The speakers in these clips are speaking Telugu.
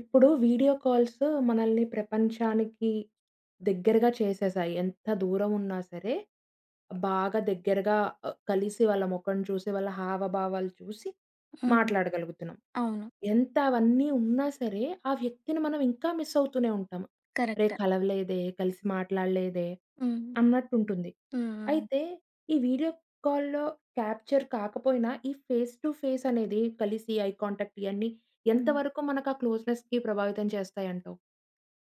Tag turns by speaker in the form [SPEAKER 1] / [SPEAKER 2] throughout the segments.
[SPEAKER 1] ఇప్పుడు వీడియో కాల్స్ మనల్ని ప్రపంచానికి దగ్గరగా చేసేసాయి. ఎంత దూరం ఉన్నా సరే, బాగా దగ్గరగా కలిసి వాళ్ళ ముఖం చూసి, వాళ్ళ హావభావాలు చూసి
[SPEAKER 2] హ్మ్.
[SPEAKER 1] మాట్లాడగలుగుతున్నాం.
[SPEAKER 2] అవును.
[SPEAKER 1] ఎంత అవన్నీ ఉన్నా సరే, ఆ వ్యక్తిని మనం ఇంకా మిస్ అవుతూనే ఉంటాం. "అరే!
[SPEAKER 2] కరెక్ట్.
[SPEAKER 1] కలవలేదే, కలిసి మాట్లాడలేదే"
[SPEAKER 2] హ్మ్.
[SPEAKER 1] అన్నట్టుంటుంది.
[SPEAKER 2] హ్మ్. హ్మ్.
[SPEAKER 1] అయితే ఈ వీడియో కాల్‌లో క్యాప్చర్ కాకపోయినా, ఈ ఫేస్ టు ఫేస్ అనేది కలిసి ఐ కాంటాక్ట్ ఇయన్నీ ఎంత
[SPEAKER 2] హ్మ్.
[SPEAKER 1] వరకు మనకు ఆ క్లోజ్‌నెస్‌కి ప్రభావితం చేస్తాయంటావు?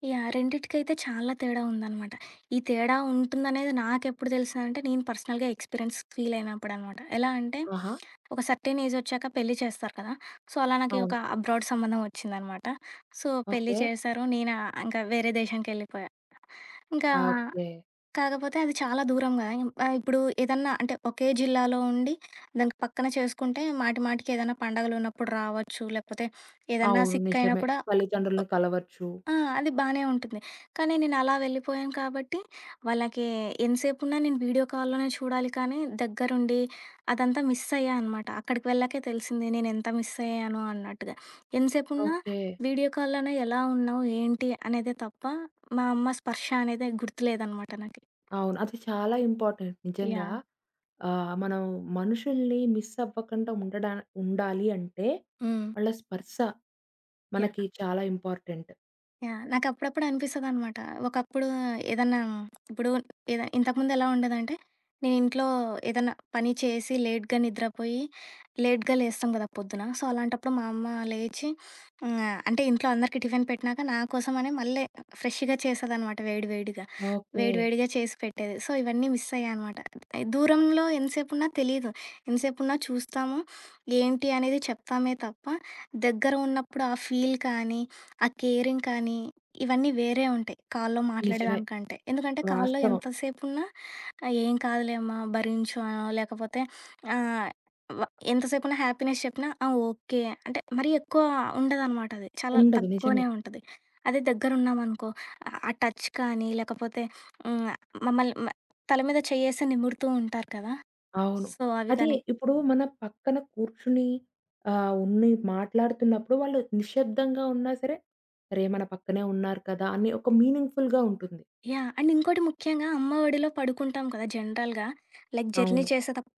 [SPEAKER 2] యాహ్! రెండిటికైతే చాలా తేడా ఉందనమాట. ఈ తేడా ఉంటుందనేది నాకెప్పుడు తెలుసంటే, నేను పర్సనల్‌గా ఎక్స్‌పీరియన్స్ ఫీల్ అయినప్పుడనమాట. ఎలా అంటే,
[SPEAKER 1] ఆహా!
[SPEAKER 2] ఒక సర్టెన్ ఏజ్ ఒచ్చాక పెళ్లి చేస్తారు కదా! సో, అలా నాకు
[SPEAKER 1] అవును.
[SPEAKER 2] ఒక అబ్రాడ్ సంబంధం ఒచ్చిందనమాట. సో, పెళ్లి
[SPEAKER 1] ఓకే.
[SPEAKER 2] చేశారు. నేను ఇంకా వేరే దేశానికెళ్ళిపోయా. ఇంకా
[SPEAKER 1] ఆ! ఓకే.
[SPEAKER 2] కాకపోతే అది చాలా దూరం గదా! ఇప్పుడు ఏదన్నా అంటే ఒకే జిల్లాలో ఉండి దానికి పక్కన చేసుకుంటే మాటి మాటికి ఏదైనా పండగలున్నప్పుడు రావచ్చు. లేకపోతే ఏదన్నా
[SPEAKER 1] అవును.
[SPEAKER 2] సిక్ అయినా
[SPEAKER 1] నిజమే.
[SPEAKER 2] కూడా
[SPEAKER 1] తల్లిదండ్రులను కలవచ్చు.
[SPEAKER 2] ఆ! అది బానే ఉంటుంది. కానీ నేను అలా వెళ్ళిపోయాను కాబట్టి వాళ్ళకి ఎంతసేపున్నా నేను వీడియో కాల్‌లోనే చూడాలి కానీ దగ్గరుండి అదంతా మిస్ అయ్యా అనమాట. అక్కడికి వెళ్ళాకే తెలిసింది నేనెంత మిస్ అయ్యానో అన్నట్టుగా. ఎంతసేపున్నా
[SPEAKER 1] ఓకే.
[SPEAKER 2] వీడియో కాల్‌లోనే ఎలా ఉన్నావు? ఏంటి? అనేదే తప్ప మా అమ్మ స్పర్శ అనేది గుర్తులేదనమాట నాకి.
[SPEAKER 1] అవును. అది చాలా ఇంపార్టెంట్ నిజంగా.
[SPEAKER 2] యాహ్!
[SPEAKER 1] మనం మనుషుల్ని మిస్ అవ్వకుండా ఉండాలి అంటే
[SPEAKER 2] హ్మ్.
[SPEAKER 1] వాళ్ళ స్పర్శ మనకి
[SPEAKER 2] యాహ్!
[SPEAKER 1] చాలా ఇంపార్టెంట్.
[SPEAKER 2] యాహ్! నాకప్పుడప్పుడు అనిపిస్తదనమాట. ఒకప్పుడు ఏదన్నా ఇప్పుడు ఏద ఇంతకుముందెలా ఉండేదంటే, నేను ఇంట్లో ఏదన్నా పని చేసి లేట్‌గా నిద్రపోయి, లేట్‌గా లేస్తాం గదా పొద్దున. సో, అలాంటప్పుడు మా అమ్మ లేచి హ్మ్, అంటే ఇంట్లో అందరికీ టిఫిన్ పెట్టినాక నా కోసమని మళ్ళీ ఫ్రెష్‌గా చేసేదనమాట వేడి వేడిగా.
[SPEAKER 1] ఓకే.
[SPEAKER 2] వేడి వేడిగా చేసి పెట్టేది. సో, ఇవన్నీ మిస్ అయ్యానమాట. దూరంలో ఎంతసేపున్నా తెలీదు. ఎంతసేపున్నా చూస్తాము, ఏంటి అనేది చెప్తామే తప్ప, దగ్గర ఉన్నప్పుడు ఆ ఫీల్ కానీ, ఆ కేరింగ్ కానీ, ఇవన్నీ వేరే ఉంటాయి. కాల్‌లో
[SPEAKER 1] నిజమే.
[SPEAKER 2] మాట్లాడేదానికంటే. ఎందుకంటే కాల్‌లో
[SPEAKER 1] వాస్తవం.
[SPEAKER 2] ఎంతసేపున్నా "ఏం కాదులే అమ్మా భరించు" అనో లేకపోతే ఆహ్, వ ఎంతసేపున్నా హ్యాపీనెస్ చెప్పినా "ఆ! ఓకే." అంటే మరీ ఎక్కువ ఉండదనమాట అది. చాలా
[SPEAKER 1] ఉండదు. నిజమే.
[SPEAKER 2] తక్కువనే ఉంటది. అదే దగ్గరున్నామనుకో ఆ టచ్ కానీ లేకపోతే హ్మ్, మమ్మల్ని తల మీద చెయ్యేసి నిమురుతూ ఉంటారు కదా!
[SPEAKER 1] అవును.
[SPEAKER 2] సో, అవి
[SPEAKER 1] అదే
[SPEAKER 2] కానీ
[SPEAKER 1] ఇప్పుడు మన పక్కన కూర్చుని ఉన్ని మాట్లాడుతున్నప్పుడు వాళ్ళు నిశ్శబ్దంగా ఉన్నా సరే, "అరే! మన పక్కనే ఉన్నారు కదా!" అని ఒక మీనింగ్‌ఫుల్‌గా ఉంటుంది.
[SPEAKER 2] యాహ్! అండ్ ఇంకోటి ముఖ్యంగా అమ్మ ఒడిలో పడుకుంటాం కదా! జనరల్‌గా లైక్ జర్నీ
[SPEAKER 1] అవును.
[SPEAKER 2] చేసేతప్పుడు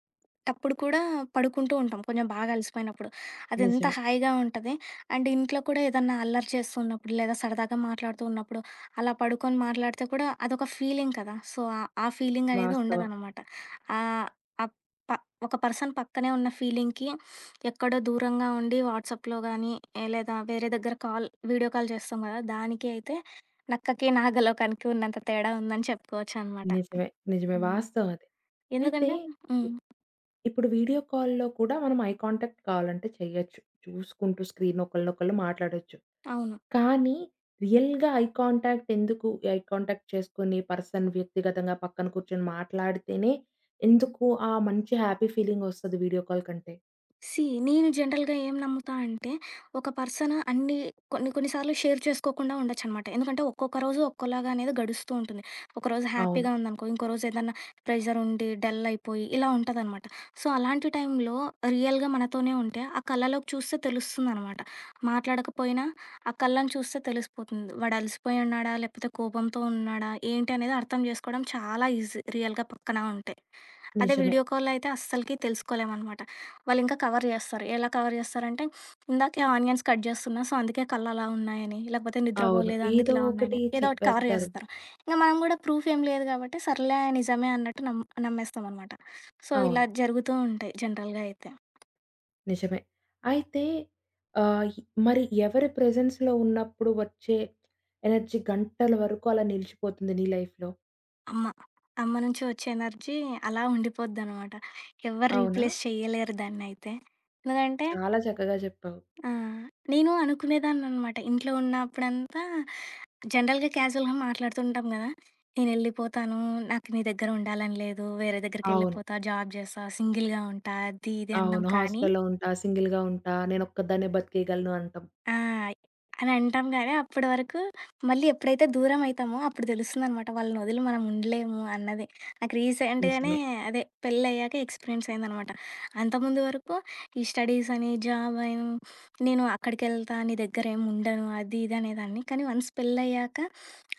[SPEAKER 2] అప్పుడు కూడా పడుకుంటూ ఉంటాం. కొంచెం బాగా అలసిపోయినప్పుడు. అదెంత
[SPEAKER 1] నిజమే.
[SPEAKER 2] హాయిగా ఉంటది. అండ్ ఇంట్లో కూడా ఏదన్నా అల్లరి చేస్తున్నప్పుడు, లేదా సరదాగా మాట్లాడుతూ ఉన్నప్పుడు, అలా పడుకొని మాట్లాడితే కూడా అదొక ఫీలింగ్ కదా! సో, ఆ ఫీలింగ్ అనేది
[SPEAKER 1] వాస్తవం.
[SPEAKER 2] ఉండదనమాట. ఆహ్, అప్ ప ఒక పర్సన్ పక్కనే ఉన్న ఫీలింగ్‌కి ఎక్కడో దూరంగా ఉండి వాట్సాప్‌లో గానీ, లేదా వేరే దగ్గర వీడియో కాల్ చేస్తాం కదా! దానికి అయితే నక్కకి, నాగలోకానికి ఉన్నంత తేడా ఉందని చెప్పుకోవచ్చనమాట.
[SPEAKER 1] నిజమే. నిజమే.
[SPEAKER 2] హ్మ్.
[SPEAKER 1] వాస్తవం అది. అయితే
[SPEAKER 2] ఎందుకంటే హ్మ్.
[SPEAKER 1] ఇప్ ఇప్పుడు వీడియో కాల్‌లో కూడా మనం ఐ కాంటాక్ట్ కావాలంటే చేయొచ్చు. చూసుకుంటూ స్క్రీన్ ఒకళ్ళనొకళ్ళు మాట్లాడొచ్చు.
[SPEAKER 2] అవును.
[SPEAKER 1] కానీ రియల్‌గా ఐ కాంటాక్ట్ ఎందుకు? ఐ కాంటాక్ట్ చేసుకొని పర్సన్ వ్యక్తిగతంగా పక్కన కూర్చొని మాట్లాడితేనే ఎందుకు ఆ మంచి హ్యాపీ ఫీలింగ్ ఒస్తది వీడియో కాల్ కంటే.
[SPEAKER 2] సీ నేను జనరల్‌గా ఏం నమ్ముతా అంటే, ఒక పర్సన్ అన్ని కొన్ని కొన్ని సార్లు షేర్ చేసుకోకుండా ఉండొచ్చనమాట. ఎందుకంటే ఒక్కొక్క రోజు ఒక్కోలాగా అనేది గడుస్తూ ఉంటుంది. ఒకరోజు
[SPEAKER 1] అవును.
[SPEAKER 2] హ్యాపీగా ఉందనుకో, ఇంకో రోజు ఏదన్నా ప్రెషర్ ఉండి, డల్ అయిపోయి ఇలా ఉంటదనమాట. సో, అలాంటి టైంలో రియల్‌గా మనతోనే ఉంటే ఆ కళ్ళలోకి చూస్తే తెలుస్తుందనమాట. మాట్లాడకపోయినా ఆ కళ్ళని చూస్తే తెలిసిపోతుంది. వాడు అలసిపోయి ఉన్నాడా? లేకపోతే కోపంతో ఉన్నాడా? ఏంటి అనేది అర్థం చేసుకోవడం చాలా ఈజీ రియల్‌గా పక్కన ఉంటే. అదే
[SPEAKER 1] నిజమే.
[SPEAKER 2] వీడియో కాల్‌లో అయితే అస్సలకి తెలుసుకోలేమనమాట. వాళ్ళింకా కవర్ జేస్తారు. ఎలా కవర్ జేస్తారంటే, ఇందాకే ఆనియన్స్ కట్ జేస్తున్నా, సో, అందుకే కళ్ళలా ఉన్నాయని, లేకపోతే
[SPEAKER 1] అవును.
[SPEAKER 2] నిద్రబోలేదు అందుకే
[SPEAKER 1] ఏదో
[SPEAKER 2] ఇలా
[SPEAKER 1] ఒకటి
[SPEAKER 2] ఉన్నాయని, ఏదో ఒకటి కవర్
[SPEAKER 1] చెప్పేస్తారు.
[SPEAKER 2] జేస్తారు. ఇంక మనం గూడా ప్రూఫ్ ఏం లేదు గాబట్టి, సర్లే నిజమే అన్నట్టు నమ్మేస్తామనమాట. సో,
[SPEAKER 1] అవును.
[SPEAKER 2] ఇలా జరుగుతూ ఉంటాయి జనరల్‌గా అయితే.
[SPEAKER 1] నిజమే. అయితే ఆహ్, ఇ మరి ఎవరి ప్రెజెన్స్‌లో ఉన్నప్పుడు వచ్చే ఎనర్జీ గంటల వరకు అలా నిలిచిపోతుంది నీ లైఫ్‌లో.
[SPEAKER 2] అమ్మ. అమ్మ నుంచి వచ్చే ఎనర్జీ అలా ఉండిపోద్దనమాట. ఎవ్వరు
[SPEAKER 1] అవునా?
[SPEAKER 2] రీప్లేస్ చెయ్యలేరు దాన్నయితే. ఎందుకంటే
[SPEAKER 1] చాలా చక్కగా చెప్పావు.
[SPEAKER 2] ఆ! నేను అనుకునేదాన్ననమాట. ఇంట్లో ఉన్నప్పుడంతా జనరల్‌గా క్యాజువల్‌గా మాట్లాడుతుంటాం గదా! నేనెళ్ళిపోతాను. నాకు నీ దగ్గర ఉండాలని లేదు. వేరే
[SPEAKER 1] అవును.
[SPEAKER 2] దగ్గరికెళ్ళిపోతా, జాబ్ జేస్తా, సింగిల్‌గా ఉంటా, అది ఇది అన్నాం
[SPEAKER 1] అవును.
[SPEAKER 2] కానీ
[SPEAKER 1] హాస్టల్‌లో ఉంటా, సింగిల్‌గా ఉంటా, నేనొక్కదాన్నే బతికేయగలను అంటాం.
[SPEAKER 2] ఆ! అని అంటాం గానీ, అప్పడి వరకు మళ్ళీ ఎప్పుడైతే దూరం అయితామో అప్పుడు తెలుస్తుందనమాట. వాళ్ళని వదిలి మనం ఉండలేము అన్నది. నాకు రీసెంట్‌గానే
[SPEAKER 1] నిజమే.
[SPEAKER 2] అదే పెళ్లయ్యాక ఎక్స్‌పీరియన్స్ అయిందనమాట. అంతకుముందు వరకు ఈ స్టడీస్ అని, జాబ్ అని, నేను అక్కడికెళ్తా, నీ దగ్గరేమి ఉండను అది ఇది అనేదాన్ని. కానీ వన్స్ పెళ్లయ్యాక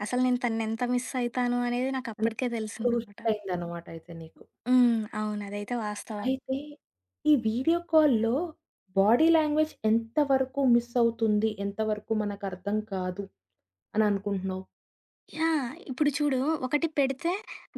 [SPEAKER 2] అసలు నేను తననెంత మిస్ అయితాను అనేది నాకు
[SPEAKER 1] అంటే
[SPEAKER 2] అప్పటికే
[SPEAKER 1] అప్పుడు
[SPEAKER 2] తెలిసిందనమాట.
[SPEAKER 1] షిఫ్ట్ అయిందన్నమాట అయితే నీకు.
[SPEAKER 2] హ్మ్. అవును. అదైతే వాస్తవం.
[SPEAKER 1] అయితే ఈ వీడియో కాల్‌లో బాడీ లాంగ్వేజ్ ఎంత వరకు మిస్ అవుతుంది? ఎంత వరకు మనకర్థం కాదు అని అనుకుంటున్నావు?
[SPEAKER 2] యాహ్! ఇప్పుడు చూడు ఒకటి పెడితే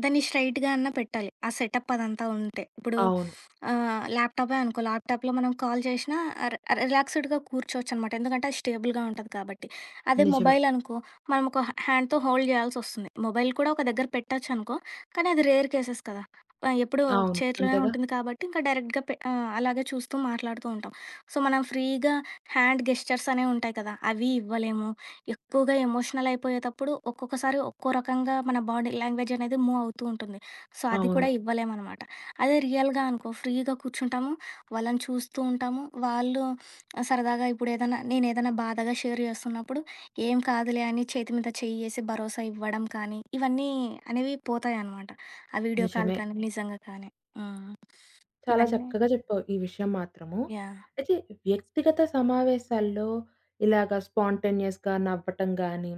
[SPEAKER 2] దాన్ని స్ట్రెయిట్‌గా అన్నా పెట్టాలి. ఆ సెటప్ అదంతా ఉంటే. ఇప్పుడు
[SPEAKER 1] అవును.
[SPEAKER 2] ల్యాప్‌టాపే అనుకో ల్యాప్‌టాప్‌లో మనం కాల్ చేసినా ర్ రిలాక్స్‌డ్‌గా కూర్చోవచ్చనమాట. ఎందుకంటే అది స్టేబుల్‌గా ఉంటది కాబట్టి. అదే
[SPEAKER 1] నిజమే.
[SPEAKER 2] మొబైల్ అనుకో మనం ఒక హ్యాండ్‌తో హోల్డ్ చేయాల్సొస్తుంది. మొబైల్ కూడా ఒక దగ్గర పెట్టొచ్చనుకో కానీ అది రేర్ కేసెస్ కదా! ఎప్పుడూ అవును.
[SPEAKER 1] అవును.
[SPEAKER 2] చేతిలోనే
[SPEAKER 1] అంతేగా?
[SPEAKER 2] ఉంటుంది కాబట్టి ఇంకా డైరెక్ట్‌గా అలాగే చూస్తూ మాట్లాడుతూ ఉంటాం. సో, మనం ఫ్రీగా హ్యాండ్ గెస్చర్స్ అనేవి ఉంటాయి కదా! అవి ఇవ్వలేము. ఎక్కువగా ఎమోషనల్ అయిపోయేటప్పుడు ఒక్కొక్కసారి ఒక్కో రకంగా మన బాడీ లాంగ్వేజ్ అనేది మూవ్ అవుతూ ఉంటుంది. సో, అది
[SPEAKER 1] అవును.
[SPEAKER 2] కూడా ఇవ్వలేమనమాట. అదే రియల్‌గా అనుకో ఫ్రీగా కూర్చుంటాము. వాళ్ళని చూస్తూ ఉంటాము. వాళ్ళు సరదాగా ఇప్పుడేదన్నా నేనేదన్నా బాధగా షేర్ చేస్తున్నప్పుడు ఏం కాదులే అని చేతి మీద చెయ్యేసి భరోసా ఇవ్వడం కానీ, ఇవన్నీ అనేవి పోతాయనమాట. ఆ వీడియో కాల్
[SPEAKER 1] నిజమే.
[SPEAKER 2] కానీ, నిజంగా కానీ. హ్మ్.
[SPEAKER 1] చాలా
[SPEAKER 2] ఇవన్నీ
[SPEAKER 1] చక్కగా చెప్పావు ఈ విషయం మాత్రము.
[SPEAKER 2] యాహ్!
[SPEAKER 1] అయితే వ్యక్తిగత సమావేశాల్లో ఇలాగ స్పాంటేనియస్‌గా నవ్వటం గాని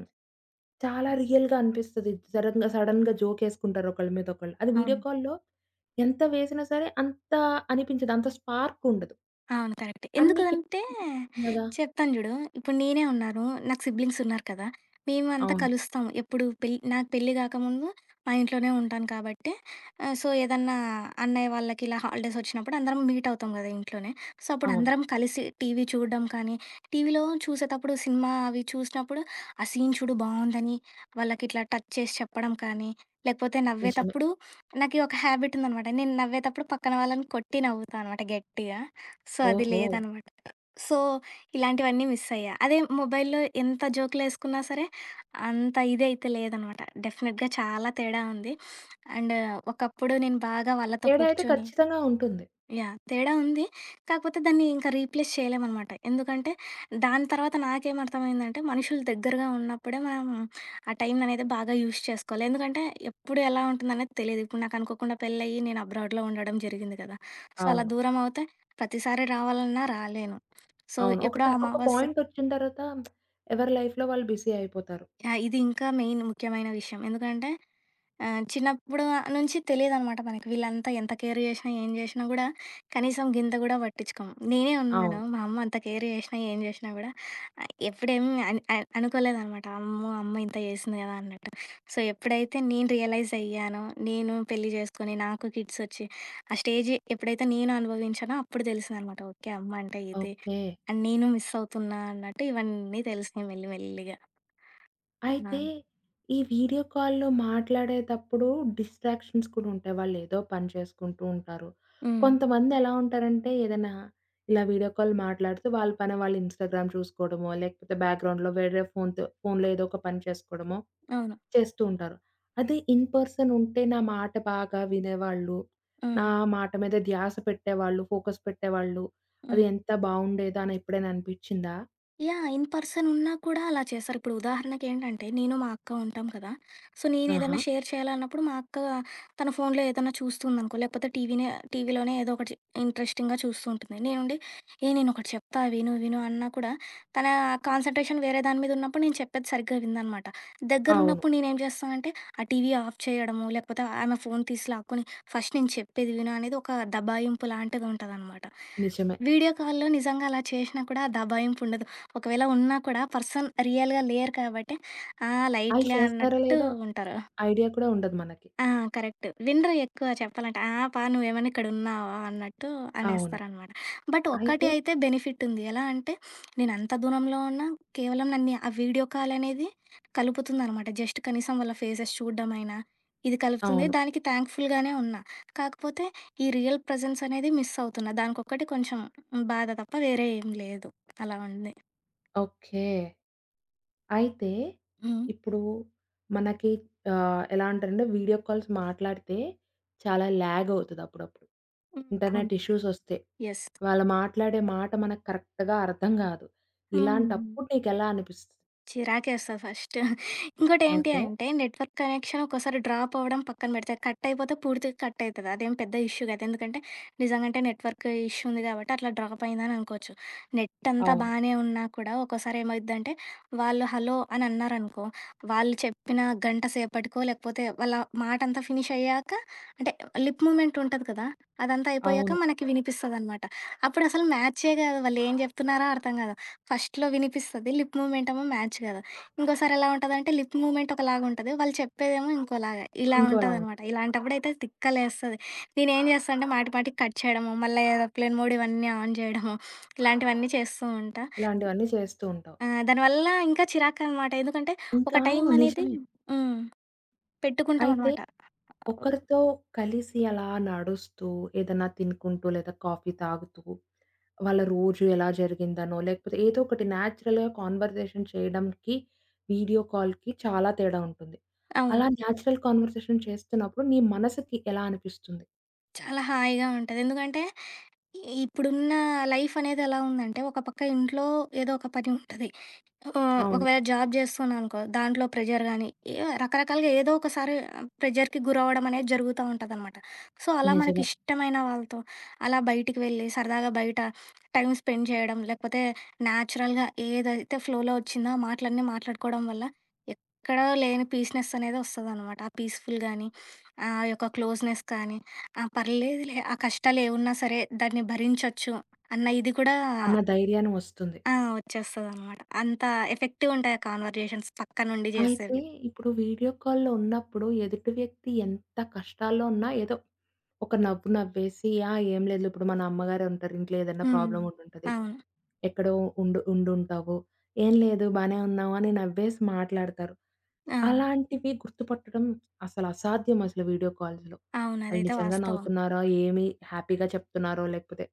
[SPEAKER 1] చాలా రియల్‌గా అనిపిస్తది. సడెన్‌గా సడెన్‌గా జోకేసుకుంటారు ఒకళ్ళ మీద ఒకళ్ళు. అది వీడియో
[SPEAKER 2] అవును.
[SPEAKER 1] కాల్‌లో ఎంత వేసినా సరే అంత అనిపించదు. అంత స్పార్క్ ఉండదు.
[SPEAKER 2] అవును. కరెక్టే.
[SPEAKER 1] అన్ని
[SPEAKER 2] ఎందుకంటే
[SPEAKER 1] కదా!
[SPEAKER 2] చెప్తాను జూడు. ఇప్పుడు నేనే ఉన్నాను. నాకు సిబ్లింగ్స్ ఉన్నారు కదా! మేమంతా
[SPEAKER 1] అవును.
[SPEAKER 2] కలుస్తాం. ఎప్పుడు పెళ్ నాకు పెళ్లి గాకముందు మా ఇంట్లోనే ఉంటాను కాబట్టి సో, ఏదన్నా అన్నయ్య వాళ్ళకి ఇలా హాలిడేస్ వచ్చినప్పుడు అందరం మీట్ అవుతాం గదా! ఇంట్లోనే. సో, అప్పుడు
[SPEAKER 1] అవును.
[SPEAKER 2] అందరం కలిసి టీవీ చూడడం కానీ, టీవీలో చూసేటప్పుడు సినిమా అవి చూసినప్పుడు ఆ సీన్ చూడు బావుందని వాళ్ళకిట్లా టచ్ చేసి చెప్పడం కానీ, లేకపోతే
[SPEAKER 1] నిజమే.
[SPEAKER 2] నవ్వేతప్పుడు నాకీ ఒక హ్యాబిట్ ఉందనమాట. నేను నవ్వేతప్పుడు పక్కన వాళ్ళని కొట్టి నవ్వుతా అనమాట గట్టిగా. సో, అది
[SPEAKER 1] ఓహో!
[SPEAKER 2] లేదనమాట. సో, ఇలాంటివన్నీ మిస్సయ్యా. అదే మొబైల్‌లో ఎంత జోకులేసుకున్నా సరే, అంత ఇదైతే లేదనమాట. డెఫినెట్‌గా చాలా తేడా ఉంది. అండ్ ఒకప్పుడు నేను బాగా వాళ్ళతో
[SPEAKER 1] తేడా అయితే
[SPEAKER 2] కూర్చొని
[SPEAKER 1] ఖచ్చితంగా ఉంటుంది.
[SPEAKER 2] యాహ్! తేడా ఉంది. కాకపోతే దాన్ని ఇంకా రీప్లేస్ చేయలేమనమాట. ఎందుకంటే దాని తర్వాత నాకేమర్థమైందంటే మనుషులు దగ్గరగా ఉన్నప్పుడే మనం ఆ టైంననేది బాగా యూజ్ చేసుకోవాలి. ఎందుకంటే ఎప్పుడు ఎలా ఉంటుందనేది తెలీదు. ఇప్పుడు నాకు అనుకోకుండా పెళ్లయ్యి నేను అబ్రాడ్‌లో ఉండడం జరిగింది కదా! సో, అలా
[SPEAKER 1] అవును.
[SPEAKER 2] దూరమవుతే ప్రతిసారి రావాలన్నా రాలేను. సో,
[SPEAKER 1] అవును. ఒక ట
[SPEAKER 2] ఎప్పుడో
[SPEAKER 1] ఒక
[SPEAKER 2] అమావాస్య
[SPEAKER 1] పాయింటొచ్చిన తర్వాత ఎవరి లైఫ్‌లో వాళ్ళు బిజీ అయిపోతారు.
[SPEAKER 2] ఆ! ఇది ఇంకా ముఖ్యమైన విషయం. ఎందుకంటే చిన్నప్పుడు నుంచి తెలీదనమాట మనకి. వీళ్ళంతా ఎంత కేర్ జేషినా, ఏం జేషినా గూడా కనీసం గింత గూడా పట్టించుకోము. నేనే ఉన్నాను.
[SPEAKER 1] అవును.
[SPEAKER 2] మా అమ్మ అంత కేర్ జేషినా, ఏం జేషినా గూడా ఎప్పుడేమి అన్ అన్ అనుకోలేదనమాట. అమ్మో! అమ్మ ఇంత జేసింది గదా అన్నట్టు. సో, ఎప్పుడైతే నేను రియలైజ్ అయ్యానో, నేను పెళ్లి జేసుకొని, నాకు కిడ్స్ ఒచ్చి, ఆ స్టేజ్ ఎప్పుడైతే నేను అనుభవించానో అప్పుడు తెలిసిందనమాట. ఓకే. అమ్మ అంటే ఇదే.
[SPEAKER 1] ఓకే.
[SPEAKER 2] అండ్ నేను మిస్ అవుతున్నా అన్నట్టు ఇవన్నీ తెలిసినాయి మెల్లి మెల్లిగా. ఆ!
[SPEAKER 1] అయితే, ఈ వీడియో కాల్‌లో మాట్లాడేటప్పుడు డిస్ట్రాక్షన్స్ కూడా ఉంటాయి. వాళ్ళేదో పని చేసుకుంటూ ఉంటారు.
[SPEAKER 2] హ్మ్.
[SPEAKER 1] కొంతమందెలా ఉంటారంటే, ఏదైనా ఇలా వీడియో కాల్ మాట్లాడుతూ వాళ్ళ పని వాళ్ళు ఇన్‌స్టాగ్రామ్ చూసుకోవడమో, లేకపోతే బ్యాక్‌గ్రౌండ్‌లో వేరే ఫోన్‌తో ఫోన్‌లో ఏదో ఒక పని చేసుకోవడమో
[SPEAKER 2] అవును.
[SPEAKER 1] చేస్తూ ఉంటారు. అదే ఇన్ పర్సన్ ఉంటే, నా మాట బాగా వినేవాళ్ళు,
[SPEAKER 2] హ్మ్.
[SPEAKER 1] నా మాట మీద ధ్యాస పెట్టేవాళ్ళు, ఫోకస్ పెట్టేవాళ్ళు.
[SPEAKER 2] హ్మ్.
[SPEAKER 1] అది ఎంత బావుండేదో అని ఎప్పుడైనా అనిపిచ్చిందా?
[SPEAKER 2] యాహ్! ఇన్ పర్సన్ ఉన్నా కూడా అలా చేశారు. ఇప్పుడు ఉదాహరణకేంటంటే, నేను మా అక్క ఉంటాం కదా! సో,
[SPEAKER 1] ఆహా!
[SPEAKER 2] నేనేదైనా షేర్ చేయాలన్నప్పుడు మా అక్క తన ఫోన్‌లో ఏదైనా చూస్తుందనుకో, లేకపోతే టీవీలోనే ఏదో ఒకటి ఇంట్రెస్టింగ్‌గా చూస్తూ ఉంటుంది. నేనుండి, "ఏ నేనొకటి చెప్తా విను, విను" అన్నా కూడా తన కాన్సంట్రేషన్ వేరే దాని మీద ఉన్నప్పుడు నేను చెప్పేది సరిగ్గా వినదనమాట.
[SPEAKER 1] అవును.
[SPEAKER 2] దగ్గరున్నప్పుడు నేనేం చేస్తానంటే, ఆ టీవీ ఆఫ్ చేయడము, లేకపోతే ఆమె ఫోన్ తీసి లాక్కొని, "ఫస్ట్ నేను చెప్పేది విను" అనేది ఒక దబాయింపు లాంటిదుంటదనమాట.
[SPEAKER 1] నిజమే.
[SPEAKER 2] వీడియో కాల్‌లో నిజంగా అలా చేషినా కూడా ఆ దబాయింపుండదు. ఒకవేళ ఉన్నా కూడా పర్సన్ రియల్‌గా లేరు కాబట్టి, ఆ!
[SPEAKER 1] అయి
[SPEAKER 2] లైట్‌లే
[SPEAKER 1] చేస్తున్నారో
[SPEAKER 2] అన్నట్టు
[SPEAKER 1] లేదో
[SPEAKER 2] ఉంటారు.
[SPEAKER 1] ఐడియా కూడా ఉండదు మనకి.
[SPEAKER 2] ఆ! కరెక్ట్. వినరు ఎక్కువ చెప్పాలంటే. ఆ! నువ్వేమైనా ఇక్కడున్నావా అన్నట్టు
[SPEAKER 1] అవును.
[SPEAKER 2] అనేస్తారనమాట. బట్ ఒక్కటి
[SPEAKER 1] అయితే
[SPEAKER 2] అయితే బెనిఫిట్ ఉంది. ఎలా అంటే, నేనంత దూరంలో ఉన్నా కేవలం నన్ను ఆ వీడియో కాల్ అనేది కలుపుతుందనమాట. జస్ట్ కనీసం వాళ్ళ ఫేసెస్ చూడడమైనా, ఇది కలుపుతుంది.
[SPEAKER 1] అవును.
[SPEAKER 2] దానికి థ్యాంక్‌ఫుల్‌గానే ఉన్నా. కాకపోతే ఈ రియల్ ప్రెజెన్స్ అనేది మిస్ అవుతున్నా. దానికొక్కటి కొంచెం బాధ తప్ప వేరే ఏం లేదు. అలా ఉంది.
[SPEAKER 1] ఓకే. అయితే
[SPEAKER 2] హ్మ్.
[SPEAKER 1] ఇప్పుడు మనకి ఎలా అంటారంటే వీడియో కాల్స్ మాట్లాడితే చాలా లాగ్ అవుతది అప్పుడప్పుడు.
[SPEAKER 2] హ్మ్. అవును.
[SPEAKER 1] ఇంటర్నెట్ ఇష్యూస్ ఒస్తాయి.
[SPEAKER 2] యెస్.
[SPEAKER 1] వాళ్ళు మాట్లాడే మాట మనకు కరెక్ట్‌గా అర్థం గాదు.
[SPEAKER 2] హ్మ్.
[SPEAKER 1] ఇలాంటప్పుడు నీకెలా అనిపిస్తది?
[SPEAKER 2] చిరాకేస్తది ఫస్ట్. ఇంకోటేంటి
[SPEAKER 1] ఓకే.
[SPEAKER 2] అంటే నెట్‌వర్క్ కనెక్షన్ ఒక్కోసారి డ్రాప్ అవ్వడం పక్కన పెడితే, కట్ అయిపోతే పూర్తిగా కట్ అయితది. అదేం పెద్ద ఇష్యూ కాదు. ఎందుకంటే నిజంగంటే నెట్‌వర్క్ ఇష్యూ ఉంది కాబట్టి అట్లా డ్రాప్ అయిందని అనుకోవచ్చు. నెట్ అంతా
[SPEAKER 1] అవును.
[SPEAKER 2] బానే ఉన్నా కూడా ఒక్కోసారి ఏమైద్దంటే వాళ్ళు హలో అని అన్నారనుకో, వాళ్ళు చెప్పిన గంట సేపటికో లేకపోతే వాళ్ళ మాటంతా ఫినిష్ అయ్యాక అంటే లిప్ మూవ్‌మెంట్ ఉంటది కదా! అదంతా అయిపోయాక
[SPEAKER 1] అవును.
[SPEAKER 2] మనకి వినిపిస్తదనమాట. అప్పుడసలు మ్యాచే కాదు. వాళ్ళేం చెప్తున్నారో అర్థం కాదు. ఫస్ట్‌లో వినిపిస్తది. లిప్ మూవ్‌మెంట్ ఏమో మ్యాచ్ కాదు. ఇంకోసారి ఎలా ఉంటదంటే లిప్ మూవ్‌మెంట్ ఒకలాగుంటది. వాళ్ళు చెప్పేదేమో ఇంకోలాగా. ఇలా
[SPEAKER 1] ఇంకోలా
[SPEAKER 2] ఉంటదనమాట.
[SPEAKER 1] ఉంటుంది.
[SPEAKER 2] ఇలాంటప్పుడైతే తిక్కలేస్తది. నేనేం చేస్తా అంటే మాటి మాటికి కట్ చేయడము, మళ్ళీ ఏరోప్లేన్ మోడ్ ఇవన్నీ ఆన్ చేయడము, ఇలాంటివన్నీ చేస్తూ ఉంటా.
[SPEAKER 1] ఇలాంటివన్నీ చేస్తూ ఉంటావు.
[SPEAKER 2] దానివల్ల ఇంకా చిరాకనమాట. ఎందుకంటే
[SPEAKER 1] ఇంకా
[SPEAKER 2] ఒక టైం
[SPEAKER 1] అవును
[SPEAKER 2] అనేది
[SPEAKER 1] నిజమే.
[SPEAKER 2] హ్మ్.
[SPEAKER 1] అయితే
[SPEAKER 2] పెట్టుకుంటామనమాట.
[SPEAKER 1] ఒకరితో కలిసి అలా నడుస్తూ, ఏదన్నా తినుకుంటూ, లేదా కాఫీ తాగుతూ, వాళ్ళ రోజు ఎలా జరిగిందనో, లేకపోతే ఏదో ఒకటి న్యాచురల్‌గా కాన్వర్జేషన్ చేయడంకి, వీడియో కాల్‌కి చాలా తేడా ఉంటుంది.
[SPEAKER 2] అవును.
[SPEAKER 1] అలా న్యాచురల్ కాన్వర్జేషన్ చేస్తున్నప్పుడు నీ మనసుకి ఎలా అనిపిస్తుంది?
[SPEAKER 2] చాలా హాయిగా ఉంటది. ఎందుకంటే ఇప్పుడున్న లైఫ్ అనేది ఎలా ఉందంటే ఒక పక్క ఇంట్లో ఏదో ఒక పని ఉంటది.
[SPEAKER 1] అవును.
[SPEAKER 2] ఒకవేళ జాబ్ జేస్తున్నాననుకో, దాంట్లో ప్రెషర్ గానీ, రకరకాలుగా ఏదో ఒకసారి ప్రెషర్‌కి గురవ్వడం అనేది జరుగుతా ఉంటదనమాట. సో, అలా
[SPEAKER 1] నిజమే.
[SPEAKER 2] మనకిష్టమైన వాళ్ళతో, అలా బయటికి వెళ్ళి, సరదాగా బయట టైమ్ స్పెండ్ చేయడం, లేకపోతే న్యాచురల్‌గా ఏదైతే ఫ్లోలో వచ్చిందో ఆ మాటలన్నీ మాట్లాడుకోవడం వల్ల ఎక్కడా లేని పీస్‌నెస్ అనేది ఒస్తదనమాట. ఆ పీస్‌ఫుల్ గానీ, ఆ యొక్క క్లోజ్‌నెస్ కానీ, ఆ! పర్లేదులే, ఆ కష్టాలేవున్నా సరే దాన్ని భరించొచ్చు అన్న ఇది కూడా
[SPEAKER 1] అన్న ధైర్యాన్ని వస్తుంది.
[SPEAKER 2] ఆ! వచ్చేస్తదనమాట. అంత ఎఫెక్టివుంటాయి ఆ కన్వర్జేషన్స్ పక్కనుండి
[SPEAKER 1] అయితే
[SPEAKER 2] జేసేవి.
[SPEAKER 1] ఇప్పుడు వీడియో కాల్‌లో ఉన్నప్పుడు ఎదుటి వ్యక్తి ఎంత కష్టాల్లో ఉన్నా ఏదో ఒక నవ్వు నవ్వేసి, ఆ! ఏం లేదులే ఇప్పుడు మన అమ్మగారే ఉంటారు. ఇంట్లో ఏదైనా
[SPEAKER 2] హ్మ్.
[SPEAKER 1] ప్రాబ్లమ్ ఉండుంటది.
[SPEAKER 2] అవును.
[SPEAKER 1] ఎక్కడో ఉండుంటావు. "ఏం లేదు బానే ఉన్నావు" అని నవ్వేసి మాట్లాడతారు.
[SPEAKER 2] ఆ!
[SPEAKER 1] అలాంటివి గుర్తుపట్టడం అసలు అసాధ్యం అసలు వీడియో కాల్స్‌లో.
[SPEAKER 2] అవును.
[SPEAKER 1] వాళ్ళు
[SPEAKER 2] అదైతే
[SPEAKER 1] నిజంగా
[SPEAKER 2] వాస్తవం.
[SPEAKER 1] నవ్వుతున్నారో, ఏమి హ్యాపీగా చెప్తున్నారో, లేకపోతే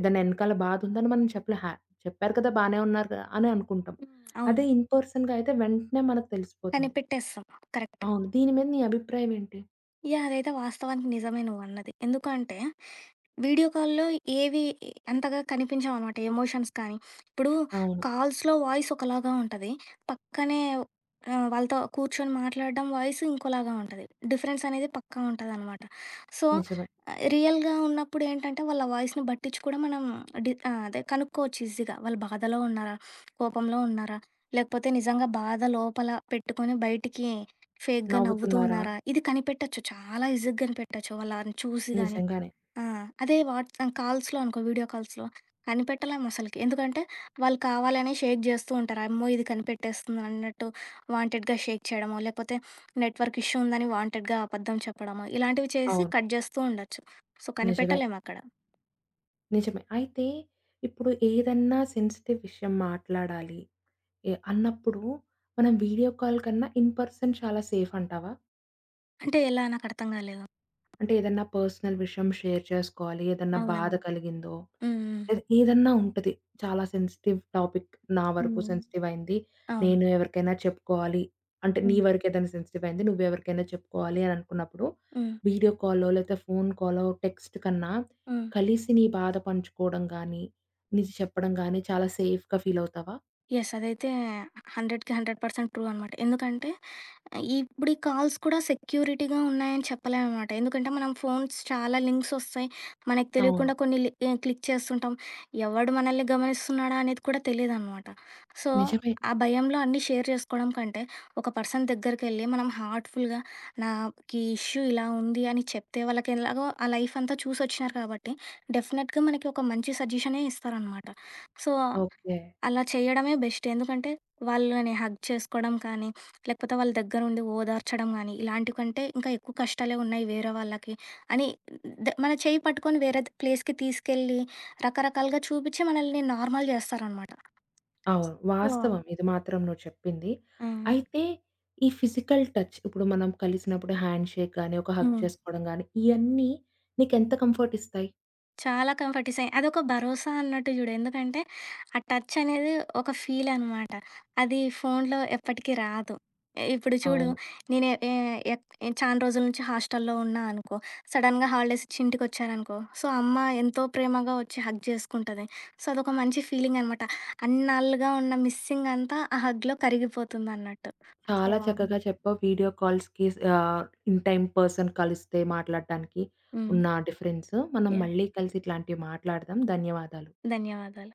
[SPEAKER 1] ఏదైనా ఎనకాల బాధుందని మనం చెప్పలే. చెప్పారు కదా! బానే ఉన్నారు కదా! అని అనుకుంటాం.
[SPEAKER 2] హ్మ్.
[SPEAKER 1] అదే
[SPEAKER 2] అవును.
[SPEAKER 1] ఇన్ పర్సన్‌గా అయితే వెంటనే మనకు తెలిసిపోతుంది.
[SPEAKER 2] కనిపెట్టేస్తాం. కరెక్ట్.
[SPEAKER 1] అవును. దీని మీద నీ అభిప్రాయం ఏంటి?
[SPEAKER 2] యాహ్! అదైతే వాస్తవానికి నిజమే నువ్వన్నది. ఎందుకు అంటే, వీడియో కాల్‌లో ఏవి అంతగా కనిపించవనమాట ఎమోషన్స్ కానీ. ఇప్పుడు
[SPEAKER 1] అవును.
[SPEAKER 2] కాల్స్‌లో వాయిస్ ఒకలాగా ఉంటది. పక్కనే వాళ్ళతో కూర్చొని మాట్లాడడం వాయిస్ ఇంకోలాగా ఉంటది. డిఫరెన్స్ అనేది పక్కా ఉంటదనమాట. సో,
[SPEAKER 1] నిజమే.
[SPEAKER 2] రియల్‌గా ఉన్నప్పుడు ఏంటంటే, వాళ్ళ వాయిస్‌ని బట్టిచ్చి కూడా మనం అదే కనుక్కోవచ్చు ఈజీగా. వాళ్ళు బాధలో ఉన్నారా? కోపంలో ఉన్నారా? లేకపోతే నిజంగా బాధ లోపల పెట్టుకొని బయటికి ఫేక్‌గా నవ్వుతూ
[SPEAKER 1] నవ్వుతున్నారా?
[SPEAKER 2] ఉన్నారా? ఇది కనిపెట్టొచ్చు. చాలా ఈజీ‌గా కనిపెట్టొచ్చు. వాళ్ళని చూసి గాని.
[SPEAKER 1] నిజంగానే.
[SPEAKER 2] ఆ! అదే కాల్స్‌లో అనుకో వీడియో కాల్స్‌లో కనిపెట్టలేము అసలకి. ఎందుకంటే వాళ్ళు కావాలనే షేక్ చేస్తూ ఉంటారు. అమ్మో! ఇది కనిపెట్టేస్తుంది అన్నట్టు వాంటెడ్‌గా షేక్ చేయడమో, లేకపోతే నెట్‌వర్క్ ఇష్యూ ఉందని వాంటెడ్‌గా అబద్ధం చెప్పడమో, ఇలాంటివి చేసి
[SPEAKER 1] అవును.
[SPEAKER 2] కట్ చేస్తూ ఉండొచ్చు. సో,
[SPEAKER 1] నిజమే.
[SPEAKER 2] కనిపెట్టలేము అక్కడ.
[SPEAKER 1] నిజమే. అయితే ఇప్పుడు ఏదన్నా సెన్సిటివ్ విషయం మాట్లాడాలి అన్నప్పుడు మనం వీడియో కాల్ కన్నా ఇన్ పర్సన్ చాలా సేఫ్ అంటావా?
[SPEAKER 2] అంటే ఎలా నాకు అర్థం కాలేదు.
[SPEAKER 1] అంటే ఏదన్నా పర్సనల్ విషయం షేర్ చేసుకోవాలి. ఏదన్నా బాధ
[SPEAKER 2] అవునవును.
[SPEAKER 1] కలిగిందో,
[SPEAKER 2] హ్మ్.
[SPEAKER 1] లేదా ఏదన్నా ఉంటది. చాలా సెన్సిటివ్ టాపిక్ నా
[SPEAKER 2] హ్మ్.
[SPEAKER 1] వరకు
[SPEAKER 2] హ్మ్.
[SPEAKER 1] సెన్సిటివ్ అయింది.
[SPEAKER 2] అవును.
[SPEAKER 1] నేను ఎవరికైనా చెప్పుకోవాలి. అంటే నీ
[SPEAKER 2] హ్మ్.
[SPEAKER 1] వరకు ఏదైనా సెన్సిటివ్ అయింది. నువ్వెవరికైనా చెప్పుకోవాలి అని అనుకున్నప్పుడు,
[SPEAKER 2] హ్మ్.
[SPEAKER 1] వీడియో కాలో, లేతే ఫోను కాలో, టెక్స్ట్ కన్నా
[SPEAKER 2] హ్మ్.
[SPEAKER 1] కలిసి నీ బాధ పంచుకోవడం గానీ, నీది చెప్పడం గానీ చాలా సేఫ్‌గా ఫీల్ అవుతావా?
[SPEAKER 2] యెస్. అదైతే 100కి 100% ట్రూ అనమాట. ఎందుకంటే ఇప్పుడు ఈ కాల్స్ కూడా సెక్యూరిటీగా ఉన్నాయని చెప్పలేమనమాట. ఎందుకంటే మనం ఫోన్స్ చాలా లింక్స్ వస్తాయి. మనకు
[SPEAKER 1] అవును.
[SPEAKER 2] తెలియకుండా కొన్ని క్లిక్ చేస్తుంటాం. ఎవడు మనల్ని గమనిస్తున్నాడా అనేది కూడా తెలీదనమాట. సో,
[SPEAKER 1] నిజమే.
[SPEAKER 2] ఆ భయంలో అన్నీ షేర్ చేసుకోవడం కంటే, ఒక పర్సన్ దగ్గరికెళ్ళి మనం హార్ట్‌ఫుల్‌గా నాకీ ఇష్యూ ఇలా ఉంది అని చెప్తే వాళ్ళకి ఎలాగో ఆ లైఫ్ అంతా చూసొచ్చినారు కాబట్టి, డెఫినెట్‌గా మనకి ఒక మంచి సజెషనే ఇస్తారనమాట. So,
[SPEAKER 1] okay.
[SPEAKER 2] అలా చేయడమే బెస్ట్. ఎందుకంటే వాళ్ళని హగ్ చేసుకోవడం కానీ లేకపోతే వాళ్ళ దగ్గరుండి ఓదార్చడం గానీ, ఇలాంటి కంటే ఇంకా ఎక్కువ కష్టాలే ఉన్నాయి వేరే వాళ్ళకి అని మన చేయి పట్టుకొని వేరే ప్లేస్‌కి తీసుకెళ్ళి రకరకాలుగా చూపిచ్చి మనల్ని నార్మల్ జేస్తారనమాట.
[SPEAKER 1] అవును.
[SPEAKER 2] సో
[SPEAKER 1] వాస్తవం. ఇది మాత్రం నువ్వు చెప్పింది.
[SPEAKER 2] హ్మ్.
[SPEAKER 1] అయితే ఈ ఫిజికల్ టచ్ ఇప్పుడు మనం కలిసినప్పుడు హ్యాండ్‌షేక్ గాని, ఒక హగ్
[SPEAKER 2] హ్మ్.
[SPEAKER 1] చేసుకోవడం గాని, ఇయన్నీ నీకెంత కంఫర్ట్ ఇస్తాయి?
[SPEAKER 2] చాలా కంఫర్ట్ ఇస్తాయి. అదొక భరోసా అన్నట్టు చూడు. ఎందుకంటే, ఆ టచ్ అనేది ఒక ఫీల్ అనమాట. అది ఫోన్‌లో ఎప్పటికి రాదు. ఇప్పుడు చూడు
[SPEAKER 1] అవును.
[SPEAKER 2] నేను ఎ ఎ- ఎక్ చానా రోజుల నుంచి హాస్టల్‌లో ఉన్నా అనుకో, సడెన్‌గా హాలిడేస్ ఇచ్చి ఇంటికొచ్చాననుకో, సో, అమ్మ ఎంతో ప్రేమగా వచ్చి హగ్ చేసుకుంటది. సో, అదొక మంచి ఫీలింగ్ అనమాట. అన్నాళ్లుగా ఉన్న మిస్సింగ్ అంతా ఆ హగ్‌లో కరిగిపోతుందన్నట్టు.
[SPEAKER 1] చాలా
[SPEAKER 2] అవును.
[SPEAKER 1] చక్కగా చెప్పావు. వీడియో కాల్స్‌కి ఆహ్, ఇన్ టైమ్ పర్సన్ కలిస్తే మాట్లాడటానికి
[SPEAKER 2] హ్మ్.
[SPEAKER 1] ఉన్న డిఫరెన్స్. మనం
[SPEAKER 2] యాహ్!
[SPEAKER 1] మళ్ళీ కలిసి ఇట్లాంటివి మాట్లాడదాం. ధన్యవాదాలు.
[SPEAKER 2] ధన్యవాదాలు.